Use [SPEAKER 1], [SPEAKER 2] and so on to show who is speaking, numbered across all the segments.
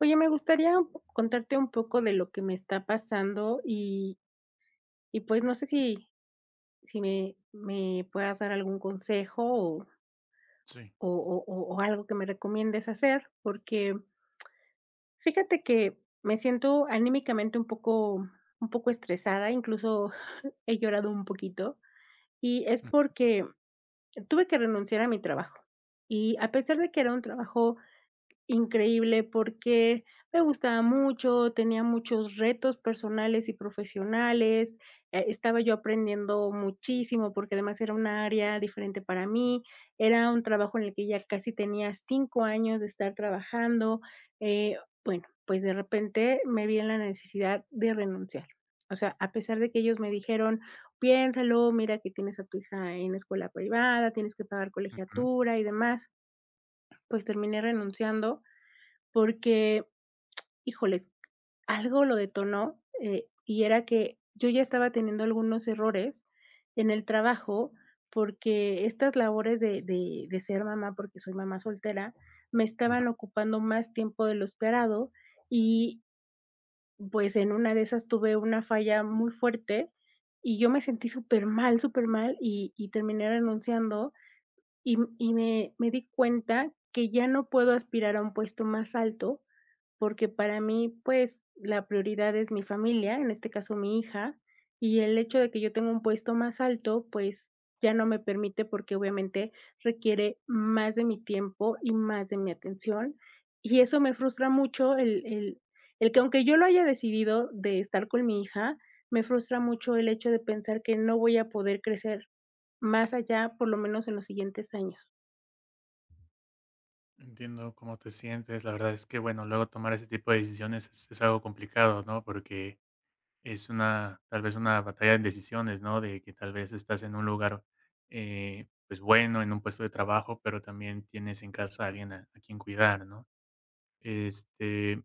[SPEAKER 1] Oye, me gustaría un po contarte un poco de lo que me está pasando y y, no sé si si me puedas dar algún consejo o
[SPEAKER 2] Sí.
[SPEAKER 1] o o o o algo que me recomiendes hacer, porque fíjate que me siento anímicamente un poco estresada, incluso he llorado un poquito, y es
[SPEAKER 2] Ujú,
[SPEAKER 1] porque tuve que renunciar a mi trabajo. Y a pesar de que era un trabajo increíble, porque me gustaba mucho, tenía muchos retos personales y profesionales, estaba yo aprendiendo muchísimo, porque además era una área diferente para mí, era un trabajo en el que ya casi tenía 5 años de estar trabajando. Eh, bueno, pues de repente me vi en la necesidad de renunciar. O sea, a pesar de que ellos me dijeron: "Piénsalo, mira que tienes a tu hija en escuela privada, tienes que pagar
[SPEAKER 2] ujú,
[SPEAKER 1] colegiatura y demás", pues terminé renunciando porque, híjoles, algo lo detonó, y era que yo ya estaba teniendo algunos errores en el trabajo, porque estas labores de ser mamá, porque soy mamá soltera, me
[SPEAKER 2] ujú.
[SPEAKER 1] estaban ocupando más tiempo de lo esperado y, pues, en una de esas tuve una falla muy fuerte y yo me sentí supermal, supermal y terminé renunciando y me di cuenta que ya no puedo aspirar a un puesto más alto porque para mí, pues, la prioridad es mi familia, en este caso mi hija, y el hecho de que yo tenga un puesto más alto, pues, ya no me permite porque obviamente requiere más de mi tiempo y más de mi atención. Y eso me frustra mucho el que aunque yo lo haya decidido de estar con mi hija, me frustra mucho el hecho de pensar que no voy a poder crecer más allá, por lo menos en los siguientes años.
[SPEAKER 2] Entiendo cómo te sientes. La verdad es que, bueno, luego tomar ese tipo de decisiones es algo complicado, ¿no? Porque es una, tal vez una batalla de decisiones, ¿no? De que tal vez estás en un lugar, pues bueno, en un puesto de trabajo, pero también tienes en casa a alguien a quien cuidar, ¿no? Este,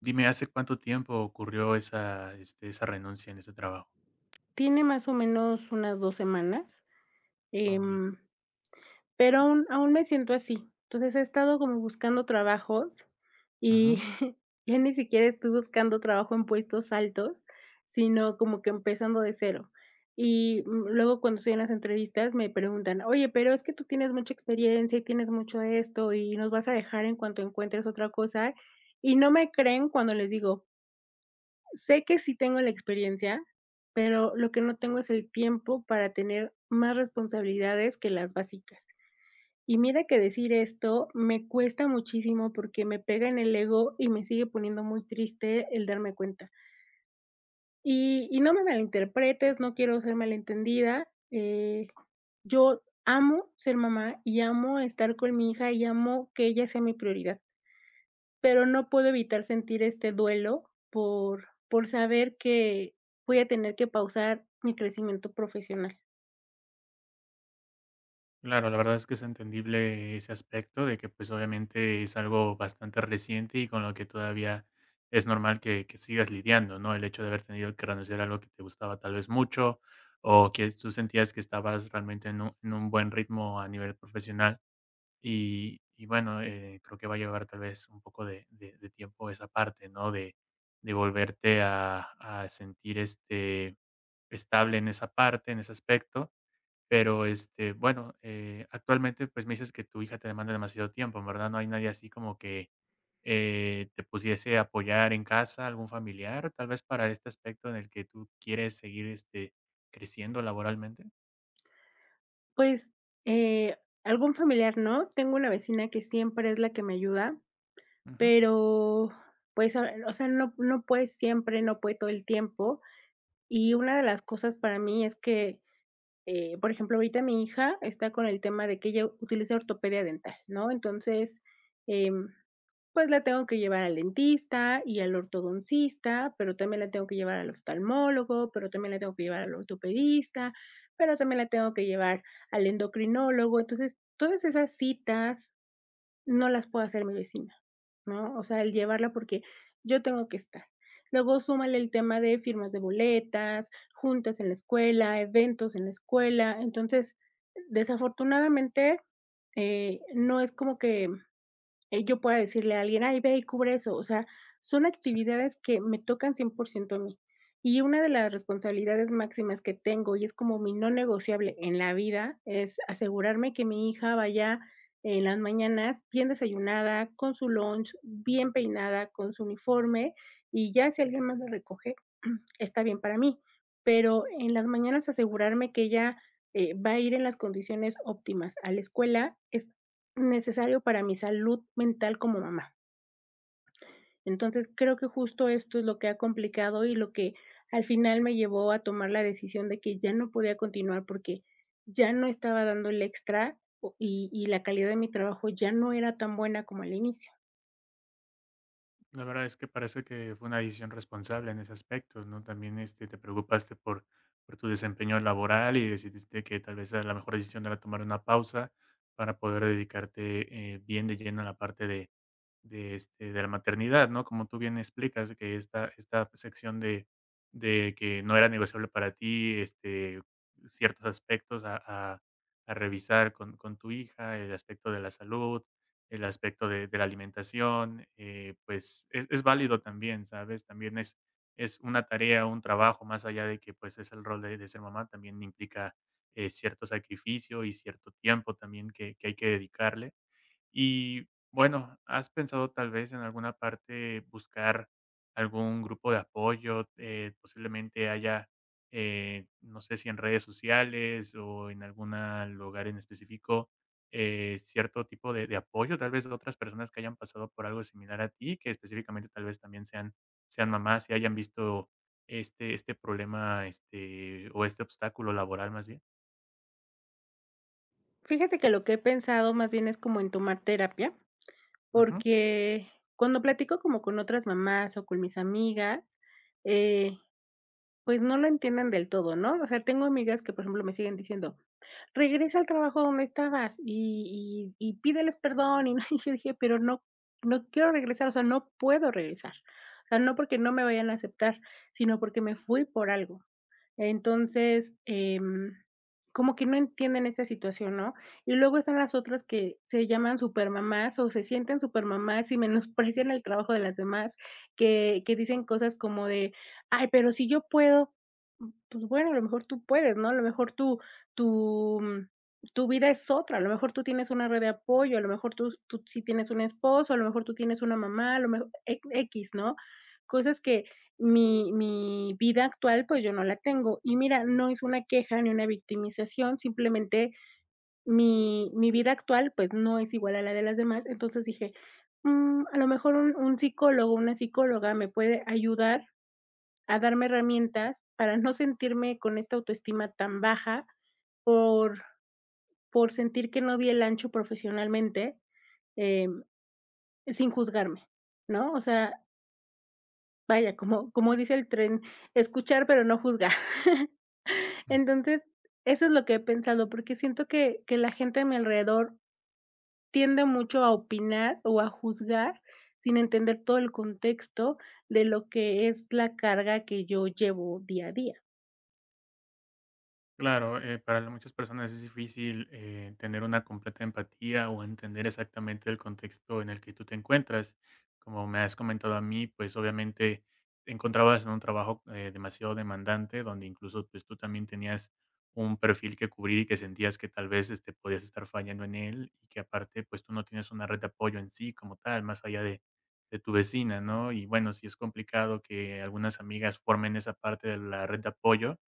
[SPEAKER 2] dime, ¿hace cuánto tiempo ocurrió esa, este, esa renuncia en ese trabajo?
[SPEAKER 1] Tiene más o menos unas 2 semanas,
[SPEAKER 2] Ah, bien.
[SPEAKER 1] em pero aún me siento así. Entonces, he estado como buscando trabajos y
[SPEAKER 2] Ujú.
[SPEAKER 1] ya ni siquiera estoy buscando trabajo en puestos altos, sino como que empezando de cero. Y, luego cuando estoy en las entrevistas me preguntan: "Oye, pero es que tú tienes mucha experiencia y tienes mucho esto, y nos vas a dejar en cuanto encuentres otra cosa", y no me creen cuando les digo: "Sé que sí tengo la experiencia, pero lo que no tengo es el tiempo para tener más responsabilidades que las básicas". Y mira que decir esto me cuesta muchísimo porque me pega en el ego y me sigue poniendo muy triste el darme cuenta. Y no me malinterpretes, no quiero ser malentendida. Yo amo ser mamá y amo estar con mi hija y amo que ella sea mi prioridad, pero no puedo evitar sentir este duelo por saber que voy a tener que pausar mi crecimiento profesional.
[SPEAKER 2] Claro, la verdad es que es entendible ese aspecto de que pues obviamente es algo bastante reciente y con lo que todavía es normal que sigas lidiando, ¿no? El hecho de haber tenido que renunciar a algo que te gustaba tal vez mucho o que tú sentías que estabas realmente en un buen ritmo a nivel profesional y bueno, creo que va a llevar tal vez un poco de, de tiempo esa parte, ¿no? De volverte a sentir este estable en esa parte, en ese aspecto pero, este, bueno, actualmente, pues, me dices que tu hija te demanda demasiado tiempo, en ¿verdad? No hay nadie así como que, te pudiese apoyar en casa, algún familiar, tal vez para este aspecto en el que tú quieres seguir, este, creciendo laboralmente.
[SPEAKER 1] Pues, eh, algún familiar, ¿no? Tengo una vecina que siempre es la que me ayuda.
[SPEAKER 2] Ujú.
[SPEAKER 1] Pero, pues, a o sea, no puedes siempre, no puede todo el tiempo. Y una de las cosas para mí es que, por ejemplo, ahorita mi hija está con el tema de que ella utiliza ortopedia dental, ¿no? Entonces, em, pues, la tengo que llevar al dentista y al ortodoncista, pero también la tengo que llevar al oftalmólogo, pero también la tengo que llevar al ortopedista, pero también la tengo que llevar al endocrinólogo. Entonces, todas esas citas no las puedo hacer mi vecina, ¿no? O sea, el llevarla porque yo tengo que estar. Luego súmale el tema de firmas de boletas, juntas en la escuela, eventos en la escuela. Entonces, desafortunadamente, no es como que yo pueda decirle a alguien: "Ay, ve y cubre eso". O sea, son actividades que me tocan 100% a mí. Y una de las responsabilidades máximas que tengo, y es como mi no negociable en la vida, es asegurarme que mi hija vaya en las mañanas bien desayunada, con su lunch, bien peinada, con su uniforme, y ya si alguien más la recoge, está bien para mí. Pero en las mañanas asegurarme que ella, va a ir en las condiciones óptimas a la escuela es necesario para mi salud mental como mamá. Entonces, creo que justo esto es lo que ha complicado y lo que al final me llevó a tomar la decisión de que ya no podía continuar porque ya no estaba dando el extra o y la calidad de mi trabajo ya no era tan buena como al inicio.
[SPEAKER 2] La verdad es que parece que fue una decisión responsable en ese aspecto, ¿no? También este, te preocupaste por tu desempeño laboral y decidiste que tal vez la mejor decisión era tomar una pausa para poder dedicarte bien de lleno a la parte de, este, de la maternidad, ¿no? Como tú bien explicas, que esta sección de que no era negociable para ti, este, ciertos aspectos a, a revisar con tu hija, el aspecto de la salud, el aspecto de la alimentación, pues, es válido también, ¿sabes? También es una tarea, un trabajo, más allá de que, pues, es el rol de ser mamá, también implica, cierto sacrificio y cierto tiempo también que hay que dedicarle. Y bueno, ¿has pensado tal vez en alguna parte buscar algún grupo de apoyo? Posiblemente haya, no sé si en redes sociales o en algún lugar en específico, cierto tipo de apoyo, tal vez de otras personas que hayan pasado por algo similar a ti, que específicamente tal vez también sean, sean mamás y hayan visto este, este problema este, o este obstáculo laboral más bien.
[SPEAKER 1] Fíjate que lo que he pensado más bien es como en tomar terapia,
[SPEAKER 2] Ujú.
[SPEAKER 1] porque cuando platico como con otras mamás o con mis amigas, eh, pues no lo entienden del todo, ¿no? O sea, tengo amigas que, por ejemplo, me siguen diciendo: "Regresa al trabajo donde estabas y pídeles perdón", y no, y yo dije: "Pero no no quiero regresar, o sea, no puedo regresar". O sea, no porque no me vayan a aceptar, sino porque me fui por algo. Entonces, como que no entienden esta situación, ¿no? Y luego están las otras que se llaman supermamás o se sienten supermamás y menosprecian el trabajo de las demás, que dicen cosas como de: "Ay, pero si yo puedo". Mm, pues bueno, a lo mejor tú puedes, ¿no? A lo mejor tú mm, tu vida es otra, a lo mejor tú tienes una red de apoyo, a lo mejor tú sí tienes un esposo, a lo mejor tú tienes una mamá, a lo mejor x, ¿no? Cosas que mi vida actual, pues, yo no la tengo. Y mira, no es una queja ni una victimización, simplemente mi vida actual, pues, no es igual a la de las demás. Entonces dije: "Mm, a lo mejor un psicólogo, una psicóloga me puede ayudar a darme herramientas para no sentirme con esta autoestima tan baja por por sentir que no di el ancho profesionalmente, em, sin juzgarme", ¿no? O sea, vaya, como dice el tren, escuchar, pero no juzgar. Entonces, eso es lo que he pensado, porque siento que la gente a mi alrededor tiende mucho a opinar o a juzgar sin entender todo el contexto de lo que es la carga que yo llevo día a día.
[SPEAKER 2] Claro, para muchas personas es difícil tener una completa empatía o entender exactamente el contexto en el que tú te encuentras. Como me has comentado a mí, pues obviamente te encontrabas en un trabajo demasiado demandante, donde incluso pues tú también tenías un perfil que cubrir y que sentías que tal vez este, podías estar fallando en él y que aparte pues tú no tienes una red de apoyo en sí como tal, más allá de tu vecina, ¿no? Y bueno, sí es complicado que algunas amigas formen esa parte de la red de apoyo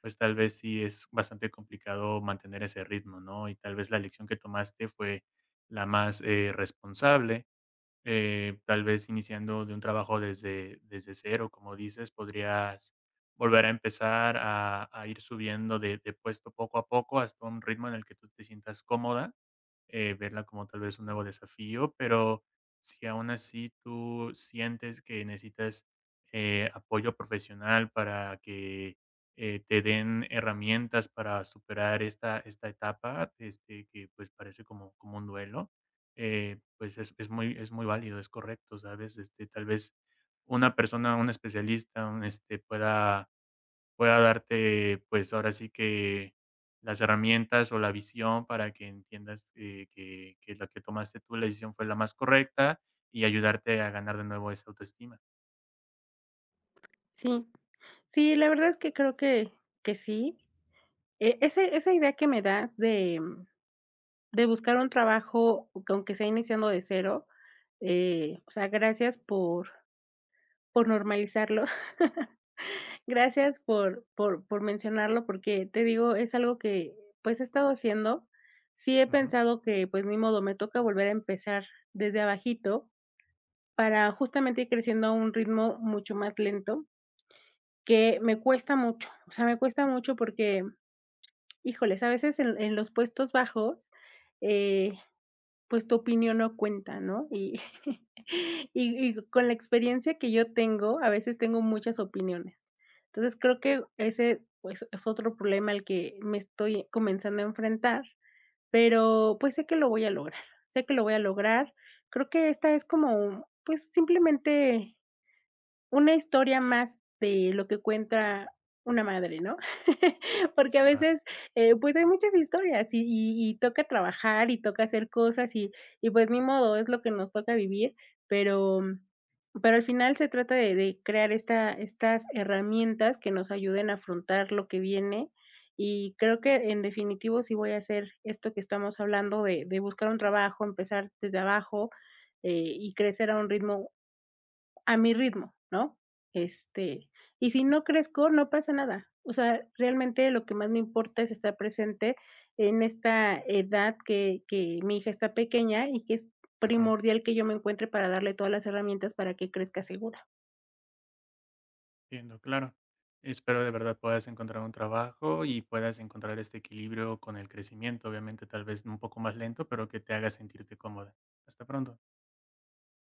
[SPEAKER 2] pues tal vez sí es bastante complicado mantener ese ritmo, ¿no? Y tal vez la elección que tomaste fue la más responsable. Tal vez iniciando de un trabajo desde, desde cero, como dices, podrías volver a empezar a ir subiendo de puesto poco a poco hasta un ritmo en el que tú te sientas cómoda verla como tal vez un nuevo desafío, pero si aún así tú sientes que necesitas apoyo profesional para que te den herramientas para superar esta, esta etapa, este, que pues parece como, como un duelo, pues es muy válido, es correcto, ¿sabes? Este, tal vez una persona, un especialista, un, este, pueda pueda darte, pues, ahora sí que las herramientas o la visión para que entiendas, que la que tomaste tú, la decisión fue la más correcta y ayudarte a ganar de nuevo esa autoestima.
[SPEAKER 1] Sí. Sí, la verdad es que creo que sí. Ese esa idea que me da de buscar un trabajo, aunque sea iniciando de cero, o sea, gracias por normalizarlo. Gracias por mencionarlo, porque te digo, es algo que, pues, he estado haciendo. Sí he
[SPEAKER 2] Ujú,
[SPEAKER 1] pensado que, pues, ni modo, me toca volver a empezar desde abajito para justamente ir creciendo a un ritmo mucho más lento, que me cuesta mucho. O sea, me cuesta mucho porque, híjoles, a veces en los puestos bajos, eh, pues, tu opinión no cuenta, ¿no? Y y con la experiencia que yo tengo, a veces tengo muchas opiniones. Entonces, creo que ese, pues, es otro problema al que me estoy comenzando a enfrentar, pero, pues, sé que lo voy a lograr, sé que lo voy a lograr. Creo que esta es como, pues, simplemente una historia más de lo que cuenta una madre, ¿no? Porque a veces, pues, hay muchas historias y toca trabajar y toca hacer cosas y, pues, ni modo, es lo que nos toca vivir, pero pero al final se trata de crear estas herramientas que nos ayuden a afrontar lo que viene, y creo que, en definitivo, sí voy a hacer esto que estamos hablando de buscar un trabajo, empezar desde abajo, eh, y crecer a un ritmo, a mi ritmo, ¿no? Este, y si no crezco, no pasa nada. O sea, realmente lo que más me importa es estar presente en esta edad que mi hija está pequeña y que es
[SPEAKER 2] ujú,
[SPEAKER 1] primordial que yo me encuentre para darle todas las herramientas para que crezca segura.
[SPEAKER 2] entiendo, claro. Espero de verdad puedas encontrar un trabajo y puedas encontrar este equilibrio con el crecimiento, obviamente, tal vez un poco más lento, pero que te haga sentirte cómoda. Hasta pronto.